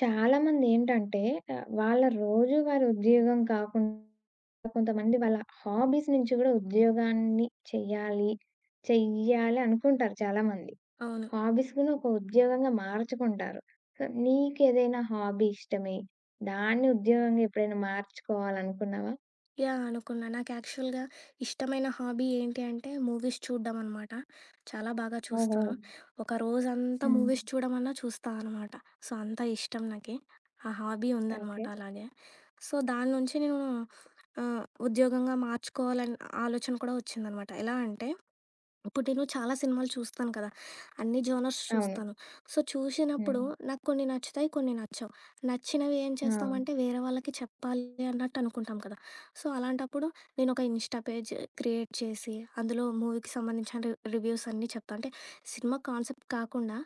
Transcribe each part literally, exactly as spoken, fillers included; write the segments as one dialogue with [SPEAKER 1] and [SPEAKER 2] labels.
[SPEAKER 1] చాలామందేంటంటే ఆహ్, వాళ్ళ రోజువారీ ఉద్యోగం కాకుండా కొంతమంది వాళ్ళ హాబీస్ నుంచి గూడా ఉద్యోగాన్ని చెయ్యాలి, చెయ్యాలి అనుకుంటారు చాలామంది.
[SPEAKER 2] అవును.
[SPEAKER 1] హాబీస్ గూడా ఒక ఉద్యోగంగా మార్చుకుంటారు. సో, నీకేదైనా హాబీ ఇష్టమే, దాన్ని ఉద్యోగంగా ఎప్పుడైనా మార్చుకోవాలనుకున్నావా?
[SPEAKER 2] యాహ్! అనుకున్నా. నాకు యాక్చువల్‌గా ఇష్టమైన హాబీ ఏంటి అంటే మూవీస్ చూడ్డం అనమాట. చాలా బాగా
[SPEAKER 1] ఓహో!
[SPEAKER 2] చూస్తాను. ఒక రోజంతా
[SPEAKER 1] హ్మ్.
[SPEAKER 2] మూవీస్ చూడమన్నా చూస్తా అనమాట. సో, అంత ఇష్టం నాకి. ఆ హాబీ ఉందనమాట
[SPEAKER 1] ఓకే.
[SPEAKER 2] అలాగే. సో, దాని నుంచి నేను ఆహ్, ఉద్యోగంగా మార్చుకోవాలని ఆలోచన కూడా వచ్చిందనమాట. ఎలా అంటే ఇప్పుడు నేను చాలా సినిమాలు చూస్తాను కదా! అన్ని జోనర్స్
[SPEAKER 1] అవును.
[SPEAKER 2] చూస్తాను. సో, చూసినప్పుడు
[SPEAKER 1] హ్మ్.
[SPEAKER 2] నాకు కొన్ని నచ్చుతాయి, కొన్ని నచ్చవు. నచ్చినవి ఏం
[SPEAKER 1] ఆ!
[SPEAKER 2] చేస్తామంటే వేరే వాళ్ళకి చెప్పాలి అన్నట్టు అనుకుంటాం కదా! సో, అలాంటప్పుడు నేను ఒక ఇన్‌స్టా పేజ్ క్రియేట్ చేసి, అందులో మూవీకి సంబంధించిన రి రివ్యూస్ అన్నీ చెప్తా. అంటే సినిమా కాన్సెప్ట్ కాకుండా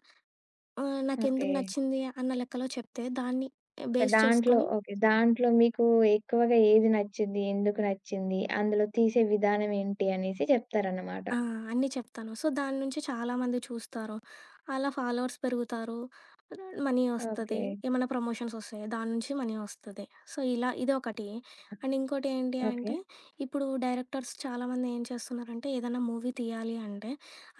[SPEAKER 2] ఆహ్,
[SPEAKER 1] ఓకే.
[SPEAKER 2] నాకెందుకు నచ్చింది అన్న లెక్కలో చెప్తే దాన్ని బేస్
[SPEAKER 1] దాంట్లో
[SPEAKER 2] చేసుకొని
[SPEAKER 1] ఓకే. దాంట్లో మీకు ఎక్కువగా ఏది నచ్చింది? ఎందుకు నచ్చింది? అందులో తీసే విధానం ఏంటి అనేసి చెప్తారన్నమాట.
[SPEAKER 2] ఆ! అన్నీ చెప్తాను. సో, దాని నుంచి చాలామంది చూస్తారు. అలా ఫాలోవర్స్ పెరుగుతారు. మనీ ఒస్తది.
[SPEAKER 1] ఓకే.
[SPEAKER 2] ఏమన్నా ప్రమోషన్స్ ఒస్తాయి. దాని నుంచి మనీ ఒస్తది. సో, ఇలా ఇదొకటి. అండ్ ఇంకోటి ఏంటి
[SPEAKER 1] ఓకే.
[SPEAKER 2] అంటే, ఇప్పుడు డైరెక్టర్స్ చాలామంది ఏం చేస్తున్నారంటే, ఏదన్నా మూవీ తీయాలి అంటే,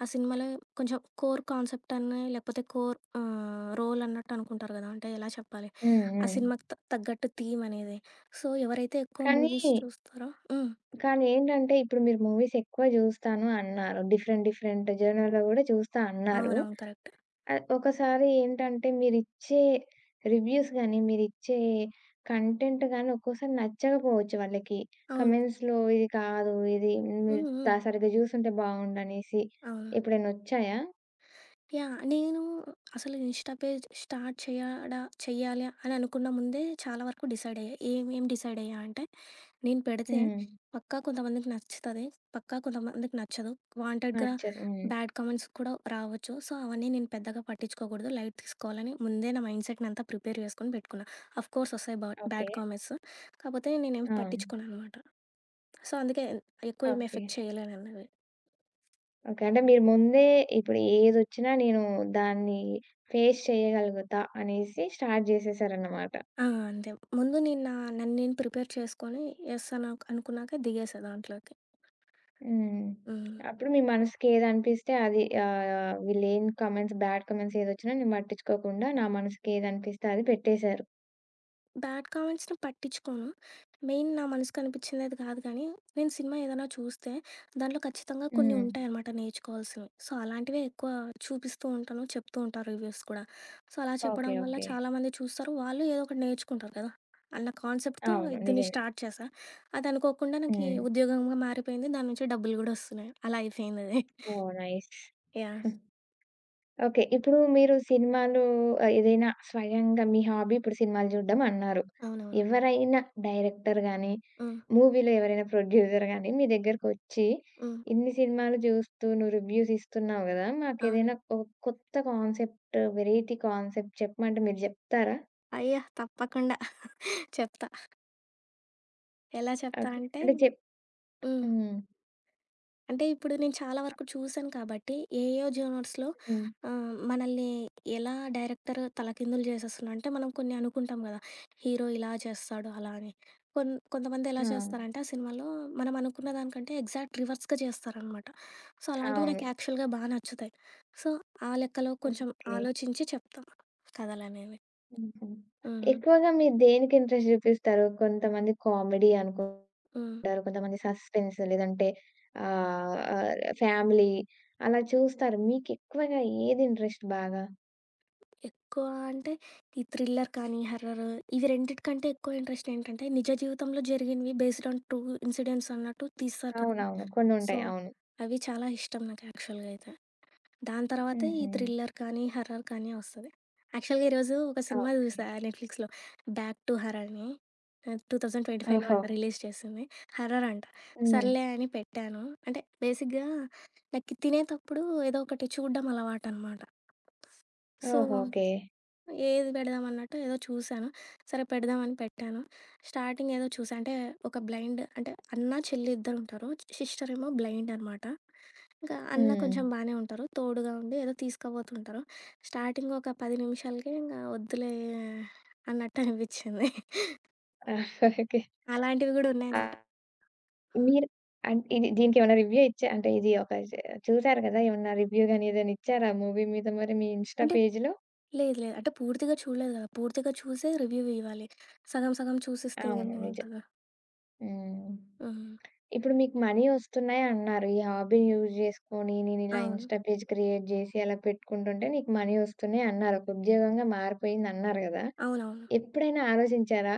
[SPEAKER 2] ఆ సినిమాలో కొంచెం కోర్ కాన్సెప్ట్ అని, లేకపోతే కోర్ ఆహ్, రోల్ అన్నట్టు అనుకుంటారు గదా! అంటే ఎలా చెప్పాలి?
[SPEAKER 1] హ్మ్.
[SPEAKER 2] ఆ
[SPEAKER 1] హ్మ్.
[SPEAKER 2] సినిమాకి త తగ్గట్టు థీమ్ అనేది. సో, ఎవరైతే ఎక్కువ
[SPEAKER 1] కానీ,
[SPEAKER 2] మూవీస్ చూస్తారో హ్మ్.
[SPEAKER 1] కానీ ఏంటంటే ఇప్పుడు మీరు మూవీస్ ఎక్కువ జూస్తాను అన్నారు. డిఫరెంట్, డిఫరెంట్ జోనర్‌లో గూడా చూస్తా అన్నారు.
[SPEAKER 2] అవునవును. కరెక్ట్.
[SPEAKER 1] ఆహ్, ఒకసారి ఏంటంటే మీరిచ్చే రివ్యూస్ గాని, మీరిచ్చే కంటెంట్ గాని ఒక్కోసారి నచ్చకపోవచ్చు వాళ్ళకి.
[SPEAKER 2] అవును.
[SPEAKER 1] కమెంట్స్‌లో ఇది కాదు, ఇది మీరు
[SPEAKER 2] హ్మ్. హ్మ్.
[SPEAKER 1] త సరిగ్గా జూసుంటే బావుండనేసి
[SPEAKER 2] అవును.
[SPEAKER 1] ఎప్పుడైనా ఒచ్చాయా?
[SPEAKER 2] యాహ్! నేను అసలు ఇన్‌స్టా పేజ్ స్టార్ట్ చేయడా చెయ్యాలి అని అనుకున్న ముందే చాలా వరకు డిసైడ్ అయ్యా. ఏమేం డిసైడ్ అయ్యా అంటే, నేను పెడితే
[SPEAKER 1] హ్మ్.
[SPEAKER 2] పక్కా కొంతమందికి నచ్చుతది. పక్కా కొంతమందికి నచ్చదు. వాంటెడ్‌గా
[SPEAKER 1] నచ్చదు. హ్మ్.
[SPEAKER 2] బ్యాడ్ కామెంట్స్ కూడా రావచ్చు. సో, అవన్నీ నేను పెద్దగా పట్టించుకోకూడదు. లైట్ తీసుకోవాలని ముందే నా మైండ్‌సెట్‌ని అంతా ప్రిపేర్ చేసుకొని పెట్టుకున్నా. ఆఫ్‌కోర్స్ వస్తాయి బ
[SPEAKER 1] ఓకే.
[SPEAKER 2] Bad comments. కాకపోతే నేనేం
[SPEAKER 1] ఆ!
[SPEAKER 2] పట్టించుకోననమాట. సో, అందుకే ఎక్కువ ఏం
[SPEAKER 1] ఓకే.
[SPEAKER 2] ఎఫెక్ట్ చేయలేదన్నది.
[SPEAKER 1] ఓకే. అంటే మీరు ముందే ఇప్పుడు ఏదొచ్చినా నేను దాన్ని ఫేస్ చేయగలుగుతా అనేసి స్టార్ట్ జేసేసారన్నమాట.
[SPEAKER 2] ఆ! అంతే. ముందు నేను నా నన్ను నేను ప్రిపేర్ చేసుకొని యెస్ అని అను- అనుకున్నాక దిగేసా దాంట్లోకి.
[SPEAKER 1] హ్మ్.
[SPEAKER 2] హ్మ్.
[SPEAKER 1] అప్పుడు మీ మనసుకి ఏదనిపిస్తే అది ఆహ్, వీళ్ళేం కామెంట్స్ బ్యాడ్ కామెంట్స్ ఏదొచ్చినా నేను పట్టించుకోకుండా నా మనసుకి ఏదనిపిస్తే అది పెట్టేశారు.
[SPEAKER 2] బ్యాడ్ కామెంట్స్‌ని పట్టించుకోను. మెయిన్ నా మనసుకు అనిపించింది అది కాదు కానీ, నేను సినిమా ఏదైనా చూస్తే దాంట్లో ఖచ్చితంగా కొన్ని
[SPEAKER 1] హ్మ్.
[SPEAKER 2] ఉంటాయన్నమాట నేర్చుకోవాల్సినవి. సో, అలాంటివే ఎక్కువ చూపిస్తూ ఉంటాను. చెప్తూ ఉంటాను రివ్యూస్ కూడా. సో, అలా
[SPEAKER 1] ఓకే.
[SPEAKER 2] చెప్పడం వల్ల
[SPEAKER 1] ఓకే.
[SPEAKER 2] చాలామంది చూస్తారు. వాళ్ళు ఏదో ఒకటి నేర్చుకుంటారు కదా! అన్న కాన్సెప్ట్‌తో
[SPEAKER 1] అవును.
[SPEAKER 2] దీన్ని
[SPEAKER 1] నిజమే.
[SPEAKER 2] స్టార్ట్ చేశా. అది అనుకోకుండా నాకి
[SPEAKER 1] హ్మ్.
[SPEAKER 2] ఉద్యోగంగా మారిపోయింది. దాని నుంచి డబ్బులు కూడా వస్తున్నాయి. అలా అయిపోయిందది.
[SPEAKER 1] ఓహ్! నైస్.
[SPEAKER 2] యాహ్!
[SPEAKER 1] ఓకే. ఇప్పుడు మీరు సినిమాలు ఆహ్, ఏదైనా స్వయంగా మీ హాబీ ఇప్పుడు సినిమాలు చూడడం అన్నారు.
[SPEAKER 2] అవునవును.
[SPEAKER 1] ఎవరైనా డైరెక్టర్ గాని
[SPEAKER 2] హ్మ్.
[SPEAKER 1] మూవీలో ఎవరైనా ప్రొడ్యూసర్ గాని మీ దగ్గరకొచ్చి,
[SPEAKER 2] హ్మ్.
[SPEAKER 1] "ఇన్ని సినిమాలు జూస్తూ నువ్వు రివ్యూస్ ఇస్తున్నావు గదా!
[SPEAKER 2] అవును.
[SPEAKER 1] మాకేదైనా ఒక కొత్త కాన్సెప్ట్, వెరైటీ కాన్సెప్ట్ చెప్పమంటే మీరు జెప్తారా?"
[SPEAKER 2] అయ్యా! తప్పకుండా చెప్తా. ఎలా చెప్తా
[SPEAKER 1] అక్
[SPEAKER 2] అంటే
[SPEAKER 1] అంటే చెప్
[SPEAKER 2] హ్మ్.
[SPEAKER 1] హ్మ్.
[SPEAKER 2] అంటే ఇప్పుడు నేను చాలా వరకు చూసాను కాబట్టి, ఏయేయో జోనర్స్‌లో
[SPEAKER 1] హ్మ్.
[SPEAKER 2] ఆహ్, మనల్ని ఎలా డైరెక్టర్ తలకిందులు చేసేస్తున్నాడు అంటే, మనం కొన్ని అనుకుంటాం కదా! హీరో ఇలా చేస్తాడు అలా అని. కొన్ కొంతమంది ఎలా
[SPEAKER 1] ఆ!
[SPEAKER 2] చేస్తారంటే, ఆ సినిమాలో మనం అనుకున్న దానికంటే ఎగ్జాక్ట్ రివర్స్‌గా చేస్తారనమాట. సో, అలాంటివి నాకు
[SPEAKER 1] అవును.
[SPEAKER 2] అవును. యాక్చువల్‌గా బా నచ్చుతాయి. సో, ఆ లెక్కలో కొంచెం
[SPEAKER 1] ఓకే.
[SPEAKER 2] ఆలోచించి చెప్తా కథలనేవి.
[SPEAKER 1] హుహు.
[SPEAKER 2] హ్మ్.
[SPEAKER 1] ఎక్కువగా మీరు దేనికి ఇంట్రెస్ట్ జూపిస్తారు? కొంతమంది కామెడీ
[SPEAKER 2] హ్మ్.
[SPEAKER 1] అనుకుంటారు, కొంతమంది సస్పెన్స్ లేదంటే ఆహ్, ఆహ్, ఫ్యామిలీ అలా చూస్తారు. మీకెక్కువగా ఏది ఇంట్రెస్ట్ బాగా?
[SPEAKER 2] ఎక్కువ అంటే ఈ థ్రిల్లర్ కానీ, హర్రర్ ఇవి రెండిటికంటే ఎక్కువ ఇంట్రెస్ట్ ఏంటంటే, నిజ జీవితంలో జరిగినవి బేస్డ్ ఆన్ ట్రూ ఇన్సిడెంట్స్ అన్నట్టు తీస్తారు కదా!
[SPEAKER 1] అవునవును.
[SPEAKER 2] సో,
[SPEAKER 1] కొన్నుంటాయి. అవును.
[SPEAKER 2] అవి చాలా ఇష్టం నాకు యాక్చువల్‌గా అయితే. దాని తర్వాతే ఈ
[SPEAKER 1] హుహు.
[SPEAKER 2] థ్రిల్లర్ కానీ, హర్రర్ కానీ వస్తది. యాక్చువల్‌గా ఈరోజు ఒక సినిమా
[SPEAKER 1] ఓకే.
[SPEAKER 2] చూసా నెట్‌ఫ్లిక్స్‌లో 'బ్యాక్ టు హర్' అని. ఆహ్, రెండు వేల ఇరవై అయిదులో
[SPEAKER 1] ఓహో!
[SPEAKER 2] అంట రిలీజ్ చేసింది. హర్రర్ అంట.
[SPEAKER 1] హ్మ్.
[SPEAKER 2] సర్లే అని పెట్టాను. అంటే బేసిక్‌గా నాకు తినేతప్పుడు ఏదో ఒకటి చూడ్డం అలవాటనమాట. సో,
[SPEAKER 1] ఓహో! ఓకే.
[SPEAKER 2] ఏది పెడదాం అన్నట్టు ఏదో చూశాను. సరే పెడదామని పెట్టాను. స్టార్టింగ్ ఏదో చూసా అంటే ఒక బ్లైండ్ అంటే అన్న, చెల్లి ఇద్దరుంటారు. సిస్టర్ ఏమో బ్లైండ్ అనమాట. ఇంకా అన్న
[SPEAKER 1] హ్మ్.
[SPEAKER 2] కొంచెం బానే ఉంటారు. తోడుగా ఉండి ఏదో తీసుకుపోతుంటారు. స్టార్టింగ్ ఒక పది నిమిషాలకే ఇంగా వద్దులే అన్నట్టు అనిపించింది.
[SPEAKER 1] ఓకే.
[SPEAKER 2] అలాంటివి గూడా ఉన్నాయన్నమాట.
[SPEAKER 1] ఆహ్, మీరు అన్ ఇది దీనికేమన్నా రివ్యూ ఇచ్చా అంటే ఇది ఒక చే చూసారు కదా! ఏమన్నా రివ్యూ గాని ఏదైనా ఇచ్చారా మూవీ మీద మరి మీ ఇన్‌స్టా
[SPEAKER 2] అంటే
[SPEAKER 1] పేజ్‌లో?
[SPEAKER 2] లేదు లేదు. అంటే పూర్తిగా చూడలేదు గదా! పూర్తిగా చూసే రివ్యూ ఇవ్వాలి. సగం సగం చూసిస్తే ఏం
[SPEAKER 1] అవును. నిజం.
[SPEAKER 2] బావుంటదో.
[SPEAKER 1] హ్మ్.
[SPEAKER 2] హ్మ్.
[SPEAKER 1] ఇప్పుడు మీకు మనీ ఒస్తున్నాయి అన్నారు. ఈ హాబీని యూజ్ చేసుకొని నేనిలా
[SPEAKER 2] అవును.
[SPEAKER 1] ఇన్‌స్టా పేజ్ క్రియేట్ జేసి అలా పెట్టుకుంటుంటే నీకు మనీ ఒస్తున్నాయి అన్నారు. ఒక ఉద్యోగంగా మారిపోయిందన్నారు గదా!
[SPEAKER 2] అవునవును.
[SPEAKER 1] ఎప్పుడైనా ఆలోచించారా?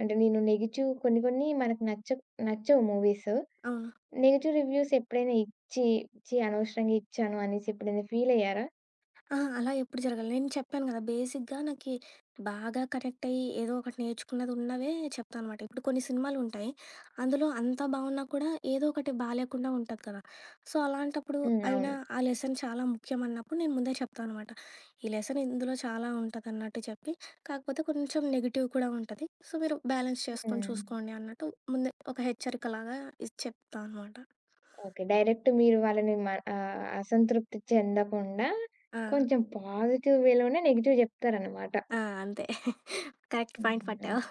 [SPEAKER 1] అంటే నేను నెగెటివ్ కొన్ని కొన్ని మనకు నచ్చవు నచ్చవు మూవీస్.
[SPEAKER 2] అవును.
[SPEAKER 1] నెగెటివ్ రివ్యూస్ ఎప్పుడైనా ఇచ్చి, ఛీ! అనవసరంగా ఇచ్చాను అనేసి ఎప్పుడైనా ఫీల్ అయ్యారా?
[SPEAKER 2] ఆ! అలా ఎప్పుడు జరగలే. నేను చెప్పాను గదా! బేసిక్‌గా నాకి బాగా కనెక్ట్ అయ్యి ఏదో ఒకటి నేర్చుకున్నదున్నవే చెప్తానమాట. ఇప్పుడు కొన్ని సినిమాలుంటాయి. అందులో అంతా బావున్నా కూడా ఏదో ఒకటి బాలేకుండా ఉంటది కదా! సో, అలాంటప్పుడు
[SPEAKER 1] హ్మ్.
[SPEAKER 2] అయినా
[SPEAKER 1] అవును.
[SPEAKER 2] ఆ లెసన్ చాలా ముఖ్యమన్నప్పుడు నేను ముందే చెప్తానమాట. ఈ లెసన్ ఇందులో చాలా ఉంటదన్నట్టు చెప్పి, కాకపోతే కొంచెం నెగెటివ్ కూడా ఉంటది. సో, మీరు బ్యాలెన్స్ చేసుకొని
[SPEAKER 1] హ్మ్.
[SPEAKER 2] చూసుకోండి అన్నట్టు ముందే ఒక హెచ్చరికలాగా ఇది చెప్తా అనమాట.
[SPEAKER 1] ఓకే. డైరెక్ట్ మీరు వాళ్ళని మ ఆహ్, అసంతృప్తి చెందకుండా
[SPEAKER 2] ఆ!
[SPEAKER 1] కొంచెం పాజిటివ్ వేలోనే నెగెటివ్ చెప్తారనమాట.
[SPEAKER 2] ఆ! అంతే. Correct point
[SPEAKER 1] hmm.
[SPEAKER 2] పట్టావు.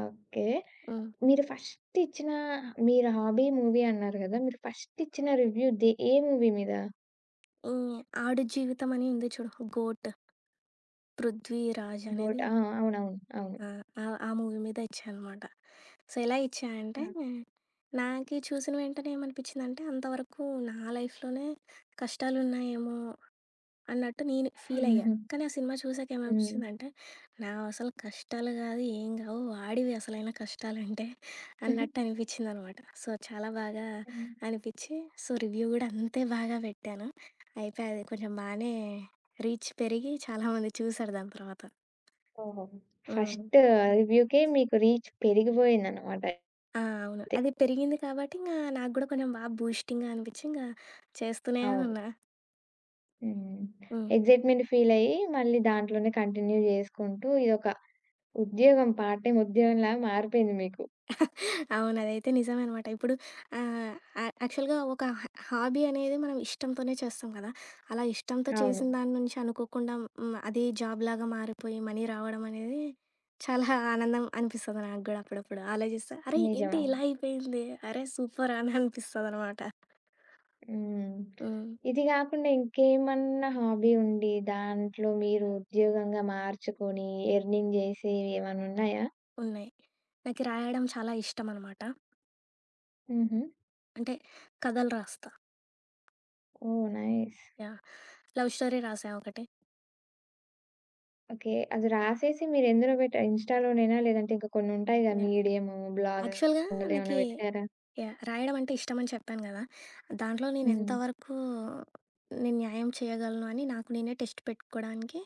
[SPEAKER 1] ఓకే.
[SPEAKER 2] హ్మ్.
[SPEAKER 1] మీరు ఫస్ట్ ఇచ్చిన మీరు హాబీ మూవీ అన్నారు గదా! మీరు ఫస్ట్ ఇచ్చిన రివ్యూ దే ఏ మూవీ మీద?
[SPEAKER 2] ఈ 'ఆడు జీవితం' అని ఉంది చూడు. 'గోట్' 'పృథ్వీరాజ్' అనేది
[SPEAKER 1] 'గోట్' ఆ! అవునవును. అవును.
[SPEAKER 2] ఆ! ఆ ఆ మూవీ మీద ఇచ్చా అనమాట. సో, ఎలా ఇచ్చా అంటే,
[SPEAKER 1] ఆ!
[SPEAKER 2] నాకి చూసిన వెంటనే ఏమనిపించిందంటే, అంతవరకు నా లైఫ్‌లోనే కష్టాలున్నాయేమో అన్నట్టు నేను ఫీలయ్యా.
[SPEAKER 1] హుహు.
[SPEAKER 2] కానీ ఆ సినిమా చూసాక
[SPEAKER 1] హ్మ్.
[SPEAKER 2] ఏమనిపించిందంటే, నావసలు కష్టాలు గాదు, ఏం గావు, వాడివి అసలైన కష్టాలంటే అన్నట్టు అనిపించిందనమాట. సో, చాలా బాగా
[SPEAKER 1] హ్మ్.
[SPEAKER 2] అనిపిచ్చి, సో, రివ్యూ గూడా అంతే బాగా పెట్టాను. అయితే అది కొంచెం బానే రీచ్ పెరిగి చాలామంది చూసారు దాని తర్వాత.
[SPEAKER 1] ఓహో!
[SPEAKER 2] హ్మ్.
[SPEAKER 1] ఫస్ట్
[SPEAKER 2] హ్మ్.
[SPEAKER 1] రివ్యూకే మీకు రీచ్ పెరిగిపోయిందనమాట
[SPEAKER 2] ఆ! అవును.
[SPEAKER 1] అయితే.
[SPEAKER 2] అది పెరిగింది కాబట్టి ఇంగా నాకు గూడా కొంచెం బా బూస్టింగ్‌గా అనిపిచ్చి, ఇంగా చేస్తూనే
[SPEAKER 1] అవును.
[SPEAKER 2] ఉన్నా.
[SPEAKER 1] హ్మ్.
[SPEAKER 2] హ్మ్.
[SPEAKER 1] ఎక్సైట్‌మెంట్ ఫీలయ్యి మళ్ళీ దాంట్లోనే కంటిన్యూ జేసుకుంటూ ఇదొక ఉద్యోగం పార్ట్ టైమ్ ఉద్యోగంలా మారిపోయింది మీకు.
[SPEAKER 2] అవును. అదైతే నిజమనమాట. ఇప్పుడు ఆహ్, యాక్ యాక్చువల్‌గా ఒక హ హాబీ అనేది మనం ఇష్టంతోనే చేస్తాం కదా! అలా ఇష్టంతో
[SPEAKER 1] అవును.
[SPEAKER 2] చేసిన దాని నుంచి అనుకోకుండా హ్మ్, అది జాబ్‌లాగా మారిపోయి మనీ రావడం అనేది చాలా ఆనందం అనిపిస్తది నాకు గూడా అప్పుడప్పుడు. ఆలోచిస్తా అరే!
[SPEAKER 1] నిజం.
[SPEAKER 2] ఏంటి
[SPEAKER 1] అవును.
[SPEAKER 2] ఇలా అయిపోయింది? అరే! సూపర్ అని అనిపిస్తదనమాట.
[SPEAKER 1] హ్మ్.
[SPEAKER 2] హ్మ్.
[SPEAKER 1] ఇది గాకుండా ఇంకేమన్నా హాబీ ఉండి దాంట్లో మీరు ఉద్యోగంగా మార్చుకొని ఎర్నింగ్ జేసేవి ఏమన్నున్నాయా?
[SPEAKER 2] ఉన్నాయి. నాకు రాయడం చాలా ఇష్టమనమాట.
[SPEAKER 1] హుహు.
[SPEAKER 2] అంటే కథలు రాస్తా.
[SPEAKER 1] Oh! Nice.
[SPEAKER 2] Yeah! Love story రాసా ఒకటి.
[SPEAKER 1] ఓకే. అది రాసేసి మీరెందులో పెట్టారు? ఇన్‌స్టాలోనేనా? లేదంటే ఇంకా కొన్నుంటాయిగా
[SPEAKER 2] యాహ్!
[SPEAKER 1] మీడియము, బ్లాగ్
[SPEAKER 2] యాక్చువల్‌గా
[SPEAKER 1] అందులో
[SPEAKER 2] నాకి
[SPEAKER 1] ఏమన్నా పెట్టారా?
[SPEAKER 2] యాహ్! రాయడం అంటే ఇష్టమని చెప్పాను గదా! దాంట్లో నేను
[SPEAKER 1] హ్మ్.
[SPEAKER 2] ఎంతవరకు నేను న్యాయం చేయగలను అని నాకు నేనే టెస్ట్ పెట్టుకోడానికి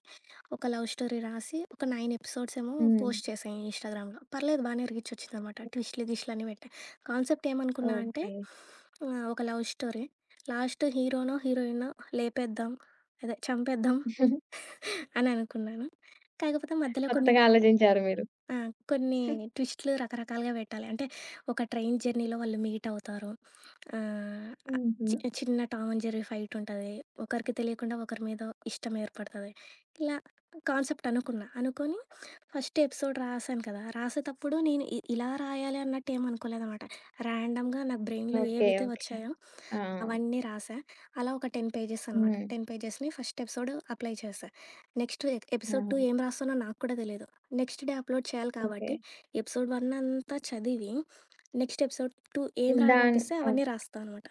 [SPEAKER 2] ఒక లవ్ స్టోరీ రాసి, ఒక తొమ్మిది ఎపిసోడ్స్ ఏమో
[SPEAKER 1] హ్మ్.
[SPEAKER 2] పోస్ట్ చేశా ఇన్‌స్టాగ్రామ్‌లో. పర్లేదు బానే రీచ్ వచ్చిందనమాట. ట్విస్ట్‌లు, గిస్ట్‌లు అన్నీ పెట్టా. కాన్సెప్ట్ ఏమనుకున్నా అంటే
[SPEAKER 1] ఓకే.
[SPEAKER 2] ఆహ్, ఒక లవ్ స్టోరీ. లాస్ట్ హీరోనో, హీరోయినో లేపేద్దాం, అదే చంపేద్దాం అని అనుకున్నాను. కాకపోతే మధ్యలో కొన్ని
[SPEAKER 1] కొత్తగా
[SPEAKER 2] బాగా
[SPEAKER 1] ఆలోచించారు మీరు.
[SPEAKER 2] ఆ! కొన్ని ట్విస్ట్‌లు రకరకాలుగా పెట్టాలి. అంటే ఒక ట్రైన్ జర్నీలో వాళ్ళు మీట్ అవుతారు. ఆహ్,
[SPEAKER 1] హుహు.
[SPEAKER 2] చి చిన్న టామ్ అండ్ జెర్రీ ఫైట్ ఉంటది. ఒకరికి తెలియకుండా ఒకరి మీద ఇష్టం ఏర్పడతది. ఇలా కాన్సెప్ట్ అనుకున్నా. అనుకోని ఫస్ట్ ఎపిసోడ్ రాసాను కదా! రాసేతప్పుడు నేను ఇ ఇలా రాయాలి అన్నట్టు ఏమనుకోలేదనమాట. ర్యాండమ్‌గా నాకు బ్రెయిన్‌లో
[SPEAKER 1] ఓకే.
[SPEAKER 2] ఏవైతే
[SPEAKER 1] ఓకే.
[SPEAKER 2] వచ్చాయో
[SPEAKER 1] ఆ!
[SPEAKER 2] అవన్నీ రాసా. అలా ఒక పది పేజెస్ అనమాట.
[SPEAKER 1] హ్మ్.
[SPEAKER 2] పది పేజెస్‌ని ఫస్ట్ ఎపిసోడ్ అప్లై చేశా. నెక్స్ట్ ఎ ఎపిసోడ్ రెండు
[SPEAKER 1] అవును.
[SPEAKER 2] ఏం రాస్తానో నాకు కూడా తెలీదు. నెక్స్ట్ డే అప్లోడ్ చేయాలి
[SPEAKER 1] ఓకే.
[SPEAKER 2] కాబట్టి ఎపిసోడ్ ఒకటి అంతా చదివి, నెక్స్ట్ ఎపిసోడ్ రెండు ఏం
[SPEAKER 1] దాన్
[SPEAKER 2] రాయాలనిపిస్తే
[SPEAKER 1] ఓ
[SPEAKER 2] అవన్నీ రాస్తా అనమాట.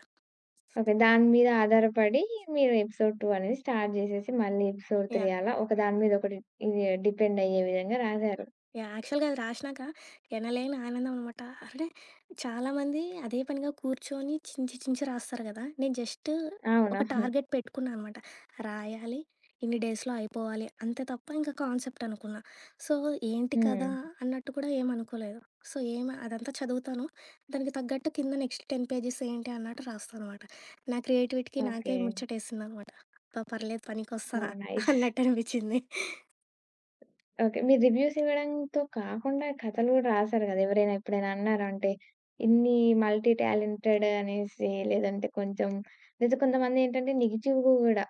[SPEAKER 1] ఓకే. దాని మీద ఆధారపడి మీరు ఎపిసోడ్ రెండు అనేది స్టార్ట్ జేసేసి, మళ్ళీ ఎపిసోడ్ మూడు
[SPEAKER 2] యాహ్!
[SPEAKER 1] అలా ఒక దాని మీద ఒకటి ఇది డిపెండ్ అయ్యే విధంగా రాశారు.
[SPEAKER 2] యాహ్! యాక్చువల్‌గా అది రాసినాక ఎనలేని ఆనందం అనమాట. అంటే చాలామంది అదే పనిగా కూర్చొని చించి చించి రాస్తారు కదా! నేను జస్ట్ ఒక
[SPEAKER 1] అవునవును.
[SPEAKER 2] టార్గెట్ పెట్టుకున్నా అనమాట. రాయాలి, ఇన్ని డేస్‌లో అయిపోవాలి అంతే తప్ప ఇంకా కాన్సెప్ట్ అనుకున్నా. సో, ఏంటి కదా
[SPEAKER 1] హ్మ్.
[SPEAKER 2] అన్నట్టు కూడా ఏమనుకోలేదు. సో, ఏమి అదంతా చదువుతాను. దానికి తగ్గట్టు కింద నెక్స్ట్ పది పేజెస్ ఏంటి అన్నట్టు రాస్తాననమాట. నా క్రియేటివిటీకి నాకే
[SPEAKER 1] ఓకే.
[SPEAKER 2] ముచ్చటేసిందనమాట. అబ్బా! పర్లేదు పనికొస్తా
[SPEAKER 1] ఓహ్! నైస్.
[SPEAKER 2] అన్నట్టు అనిపించింది.
[SPEAKER 1] ఓకే. మీరు రివ్యూస్ ఇవ్వడంతో కాకుండా కథలు గూడా రాసారు గదా! ఎవరైనా ఎప్పుడైనా అన్నారా? అంటే ఇన్ని మల్టీ టాలెంటెడ్ అనేసి, లేదంటే కొంచెం లేదా కొంతమందేంటంటే నెగెటివ్ గూడా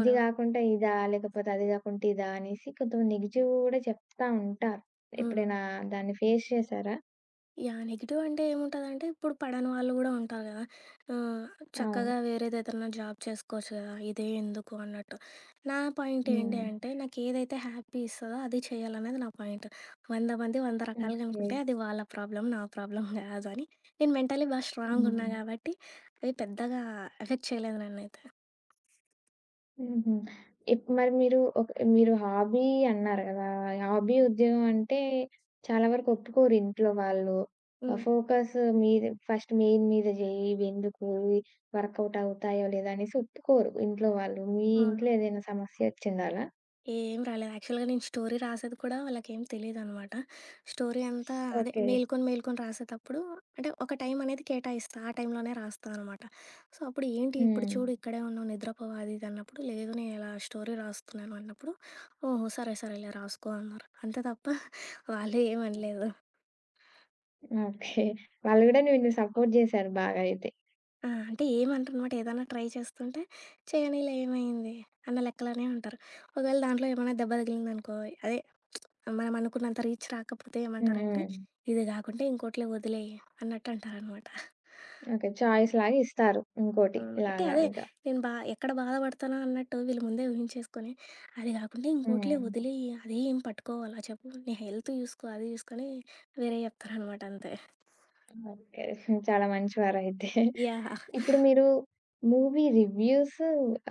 [SPEAKER 1] ఇది గాకుండా ఇదా? లేకపోతే అది గాకుంటే ఇదా? అనేసి కొంతమంది నెగెటివ్ గూడా చెప్తా ఉంటారు.
[SPEAKER 2] హ్మ్.
[SPEAKER 1] ఎప్పుడైనా దాన్ని ఫేస్ చేసారా?
[SPEAKER 2] యాహ్! నెగెటివ్ అంటే ఏముంటదంటే, ఇప్పుడు పడని వాళ్ళు గూడా ఉంటారు గదా! ఆహ్, చక్కగా
[SPEAKER 1] అవును.
[SPEAKER 2] వేరేదేదన్నా జాబ్ చేసుకోవచ్చు గదా! ఇదే ఎందుకు అన్నట్టు. నా పాయింట్ ఏంటి
[SPEAKER 1] హ్మ్.
[SPEAKER 2] అంటే, నాకేదైతే హ్యాపీ ఇస్తదో అది చేయాలనేది నా పాయింట్. వంద మంది వంద రకాలుగా
[SPEAKER 1] ఓకే.
[SPEAKER 2] అనుకుంటే, అది వాళ్ళ ప్రాబ్లమ్, నా ప్రాబ్లమ్ గాదు అని నేను మెంటలీ బాగా స్ట్రాంగున్నా
[SPEAKER 1] హ్మ్.
[SPEAKER 2] గాబట్టి, అవి పెద్దగా ఎఫెక్ట్ చేయలేదు నన్నైతే.
[SPEAKER 1] హుహు. ఇప్ మరి మీరు ఒక మీరు హాబీ అన్నారు గదా! హాబీ ఉద్యోగం అంటే చాలా వరకు ఒప్పుకోరు ఇంట్లో వాళ్ళు. ఆహ్,
[SPEAKER 2] హ్మ్.
[SPEAKER 1] ఫోకస్ మీద ఫస్ట్ మెయిన్ మీద జెయ్యి. ఇవెందుకు వర్కౌట్ అవుతాయో లేదో అనేసి ఒప్పుకోరు ఇంట్లో వాళ్ళు. మీ
[SPEAKER 2] హ్మ్.
[SPEAKER 1] ఇంట్లో ఏదైనా సమస్య ఒచ్చిందాలా?
[SPEAKER 2] ఏం రాలేదు. యాక్చువల్‌గా నేను స్టోరీ రాసేది కూడా వాళ్ళకేం తెలీదనమాట. స్టోరీ అంతా అదే
[SPEAKER 1] ఓకే.
[SPEAKER 2] మేలుకొని, మేలుకొని రాసేటప్పుడు అంటే ఒక టైం అనేది కేటాయిస్తా. ఆ టైంలోనే రాస్తా అనమాట. సో, అప్పుడు ఏంటి ఇప్పుడు
[SPEAKER 1] హ్మ్.
[SPEAKER 2] చూడు ఇక్కడే ఉన్నావు నిద్రపోవు అది ఇది అన్నప్పుడు, లేదు నేను ఇలా స్టోరీ రాస్తున్నాను అన్నప్పుడు, ఓహో! సరే, సరేలే రాసుకో అన్నారు. అంతే తప్ప వాళ్ళు ఏమనలేదు.
[SPEAKER 1] ఓకే. వాళ్ళు గూడా నిన్ను సపోర్ట్ జేశారు బాగా అయితే.
[SPEAKER 2] ఆ! అంటే ఏమంటరనమాట ఏదైనా ట్రై చేస్తుంటే, చేయనీలే ఏమైంది అన్న లెక్కలోనే ఉంటారు. ఒకవేళ దాంట్లో ఏమైనా దెబ్బ తగిలిందనుకో అదే మనం అనుకున్నంత రీచ్ రాకపోతే
[SPEAKER 1] హ్మ్.
[SPEAKER 2] ఏమంటారంటే,
[SPEAKER 1] హ్మ్.
[SPEAKER 2] ఇది కాకుంటే ఇంకోటిలో వదిలేయి అన్నట్టు అంటారనమాట.
[SPEAKER 1] ఓకే. చాయిస్ లాగా ఇస్తారు. ఇంకోటి
[SPEAKER 2] హ్మ్. అంటే
[SPEAKER 1] ఇలాగా
[SPEAKER 2] అదే
[SPEAKER 1] ఇక.
[SPEAKER 2] నేను బా ఎక్కడ బాధపడతానో అన్నట్టు వీళ్ళు ముందే ఊహించేసుకొని, అది కాకుండా ఇంకోటిలో
[SPEAKER 1] హ్మ్.
[SPEAKER 2] వదిలేయి అది ఏం పట్టుకోవాలా చెప్పు, నీ హెల్త్ చూసుకో అది చూసుకొని వేరేయి చెప్తారనమాట అంతే.
[SPEAKER 1] ఓకే. చాలా మంచివారైతే.
[SPEAKER 2] యాహ్!
[SPEAKER 1] ఇప్పుడు మీరు మూవీ రివ్యూస్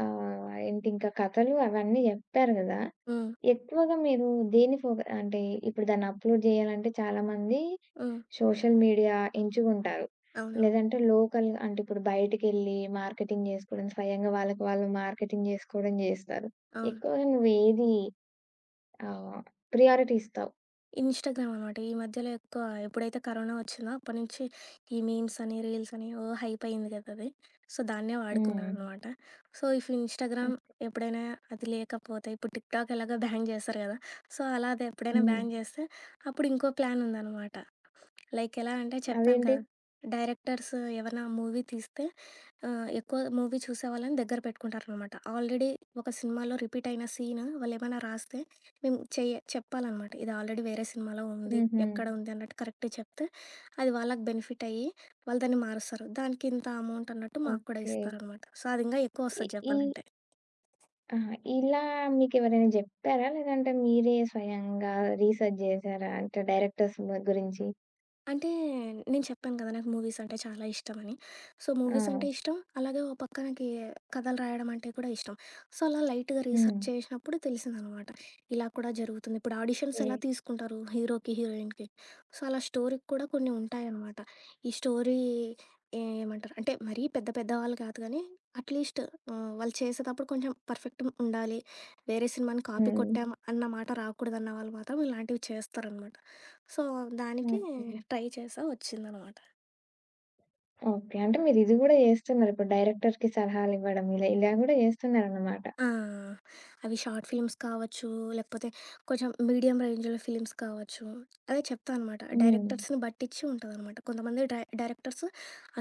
[SPEAKER 1] ఆహ్, ఏంటింకా కథలు అవన్నీ జెప్పారు గదా!
[SPEAKER 2] హ్మ్.
[SPEAKER 1] ఎక్కువగా మీరు దేన్ని ఫోక అంటే ఇప్పుడు దాన్ని అప్‌లోడ్ జేయాలంటే చాలామంది
[SPEAKER 2] హ్మ్.
[SPEAKER 1] సోషల్ మీడియా ఎంచుకుంటారు.
[SPEAKER 2] అవునవును.
[SPEAKER 1] లేదంటే లోకల్ అంటే ఇప్పుడు బయటికెళ్ళి మార్కెటింగ్ జేసుకోవడం, స్వయంగా వాళ్ళకి వాళ్ళు మార్కెటింగ్ జేసుకోవడం జేస్తారు.
[SPEAKER 2] అవును.
[SPEAKER 1] ఎక్కువగా నువ్వేది ఆహ్, ప్రియారిటీ ఇస్తావు?
[SPEAKER 2] ఇన్‌స్టాగ్రామ్ అనమాట. ఈ మధ్యలో ఎక్కువ ఎప్పుడైతే కరోనా వచ్చిందో అప్పటినుంచి ఈ మీమ్స్ అని, రీల్స్ అని ఓ హైప్ అయింది కదా అది. సో, దాన్నే వాడుకున్నా
[SPEAKER 1] హ్మ్.
[SPEAKER 2] అనమాట. సో, ఇఫ్ ఇన్‌స్టాగ్రామ్ ఎప్పుడైనా అది లేకపోతే ఇప్పుడు టిక్‌టాక్ ఎలాగో బ్యాన్ చేశారు కదా! సో, అలా అది ఎప్పుడైనా
[SPEAKER 1] హ్మ్.
[SPEAKER 2] బ్యాన్ చేస్తే అప్పుడు ఇంకో ప్లాన్ ఉందనమాట. లైక్ ఎలా అంటే చెప్పాను
[SPEAKER 1] అదేంటి?
[SPEAKER 2] కదా! డైరెక్టర్స్ ఏవన్నా మూవీ తీస్తే ఆహ్, ఎక్కువ మూవీ చూసేవాళ్ళని దగ్గర పెట్టుకుంటారనమాట. ఆల్రెడీ ఒక సినిమాలో రిపీట్ అయిన సీన్ వాళ్ళేమైనా రాస్తే మేము చెయ్య చెప్పాలనమాట. ఇది ఆల్రెడీ వేరే సినిమాలో ఉంది.
[SPEAKER 1] హుహు.
[SPEAKER 2] ఎక్కడ ఉంది అన్నట్టు కరెక్ట్‌గా చెప్తే అది వాళ్ళకి బెనిఫిట్ అయ్యి వాళ్ళు దాన్ని మారుస్తారు. దానికి ఇంత అమౌంట్ అన్నట్టు మాకు కూడా
[SPEAKER 1] ఓకే.
[SPEAKER 2] ఇస్తారనమాట. సో, అది ఇంగా
[SPEAKER 1] ఈ
[SPEAKER 2] ఎక్కువొస్తది
[SPEAKER 1] ఈ
[SPEAKER 2] చెప్పాలంటే.
[SPEAKER 1] ఆ! ఇలా మీకెవరైనా జెప్పారా? లేదంటే మీరే స్వయంగా రీసెర్చ్ జేసారా? అంటే డైరెక్టర్స్ మ గురించి?
[SPEAKER 2] అంటే నేను చెప్పాను కదా! నాకు మూవీస్ అంటే చాలా ఇష్టమని. సో,
[SPEAKER 1] ఆ!
[SPEAKER 2] మూవీస్ అంటే ఇష్టం. అలాగే ఓ పక్క నాకీ కథలు రాయడం అంటే కూడా ఇష్టం. సో, అలా లైట్‌గా
[SPEAKER 1] హ్మ్.
[SPEAKER 2] రీసెర్చ్ చేసినప్పుడు తెలిసిందనమాట. ఇలా కూడా జరుగుతుంది. ఇప్పుడు ఆడిషన్స్
[SPEAKER 1] ఓకే.
[SPEAKER 2] ఎలా తీసుకుంటారు హీరోకి, హీరోయిన్‌కి. సో, అలా స్టోరీకి కూడా కొన్ని ఉంటాయనమాట. ఈ స్టోరీ ఏమంటారు అంటే మరీ పెద్ద పెద్ద వాళ్ళు కాదు గానీ, అట్‌లీస్ట్ ఆహ్, వాళ్ళు చేసేటప్పుడు కొంచెం పర్ఫెక్ట్ ఉండాలి. వేరే సినిమాని కాపీ
[SPEAKER 1] హ్మ్.
[SPEAKER 2] కొట్టాం అన్న మాట రాకూడదన్న వాళ్ళు మాత్రం ఇలాంటివి చేస్తారనమాట. సో, దానికి
[SPEAKER 1] ఓకే.
[SPEAKER 2] ట్రై చేశా వచ్చిందనమాట.
[SPEAKER 1] ఓకే. అంటే మీరు ఇది గూడా జేస్తున్నారు. ఇప్పుడు డైరెక్టర్‌కి సలహాలివ్వడం ఇలా, ఇలా గూడా జేస్తున్నారన్నమాట.
[SPEAKER 2] ఆ! అవి షార్ట్ ఫిల్మ్స్ కావచ్చు, లేకపోతే కొంచెం మీడియం రేంజ్‌లో ఫిలిమ్స్ కావచ్చు. అదే చెప్తా అనమాట.
[SPEAKER 1] హ్మ్.
[SPEAKER 2] డైరెక్టర్స్‌ని బట్టిచ్చి ఉంటదనమాట. కొంతమంది డై డైరెక్టర్స్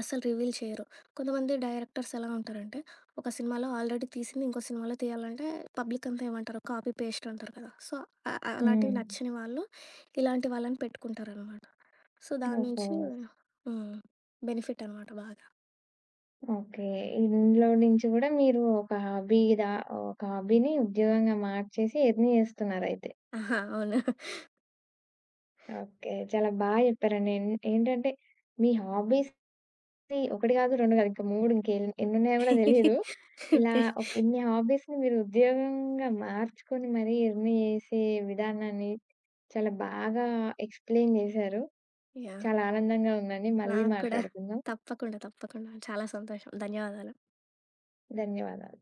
[SPEAKER 2] అస్సలు రివీల్ చేయరు. కొంతమంది డైరెక్టర్స్ ఎలా ఉంటారంటే, ఒక సినిమాలో ఆల్రెడీ తీసింది ఇంకో సినిమాలో తీయాలంటే పబ్లిక్ అంతా ఏమంటారు? కాపీ, పేస్ట్ అంటారు కదా! సో, అ అలాంటివి
[SPEAKER 1] హ్మ్.
[SPEAKER 2] నచ్చని వాళ్ళు ఇలాంటి వాళ్ళని పెట్టుకుంటారనమాట. సో, దాని
[SPEAKER 1] ఓహో!
[SPEAKER 2] నుంచి హ్మ్. బెనిఫిట్ అనమాట బాగా.
[SPEAKER 1] ఓకే. ఇందులో నుంచి గూడా మీరు ఒక హాబీ దా ఒక హాబీని ఉద్యోగంగా మార్చేసి ఎర్న్ జేస్తున్నారయితే.
[SPEAKER 2] ఆహా! అవును.
[SPEAKER 1] ఓకే. చాలా బా జెప్పారండి. ఎన్ ఏంటంటే మీ హాబీస్ సి ఒకటి కాదు, రెండు కాదు ఇంకా మూడు ఇంక ఎన్ ఎన్నున్నాయో గూడా తెలీదు. ఇలా
[SPEAKER 2] ఓకే.
[SPEAKER 1] ఒక ఇన్ని హాబీస్‌ని మీరు ఉద్యోగంగా మార్చుకొని మరీ ఎర్న్ చేసే విధానాన్ని చాలా బాగా ఎక్స్‌ప్లెయిన్ చేశారు.
[SPEAKER 2] యాహ్!
[SPEAKER 1] చాలా ఆనందంగా ఉందండి. మళ్ళీ
[SPEAKER 2] నాకు కూడా.
[SPEAKER 1] మాట్లాడుకుందాం.
[SPEAKER 2] తప్పకుండా. తప్పకుండా. చాలా సంతోషం. ధన్యవాదాలు.
[SPEAKER 1] ధన్యవాదాలు.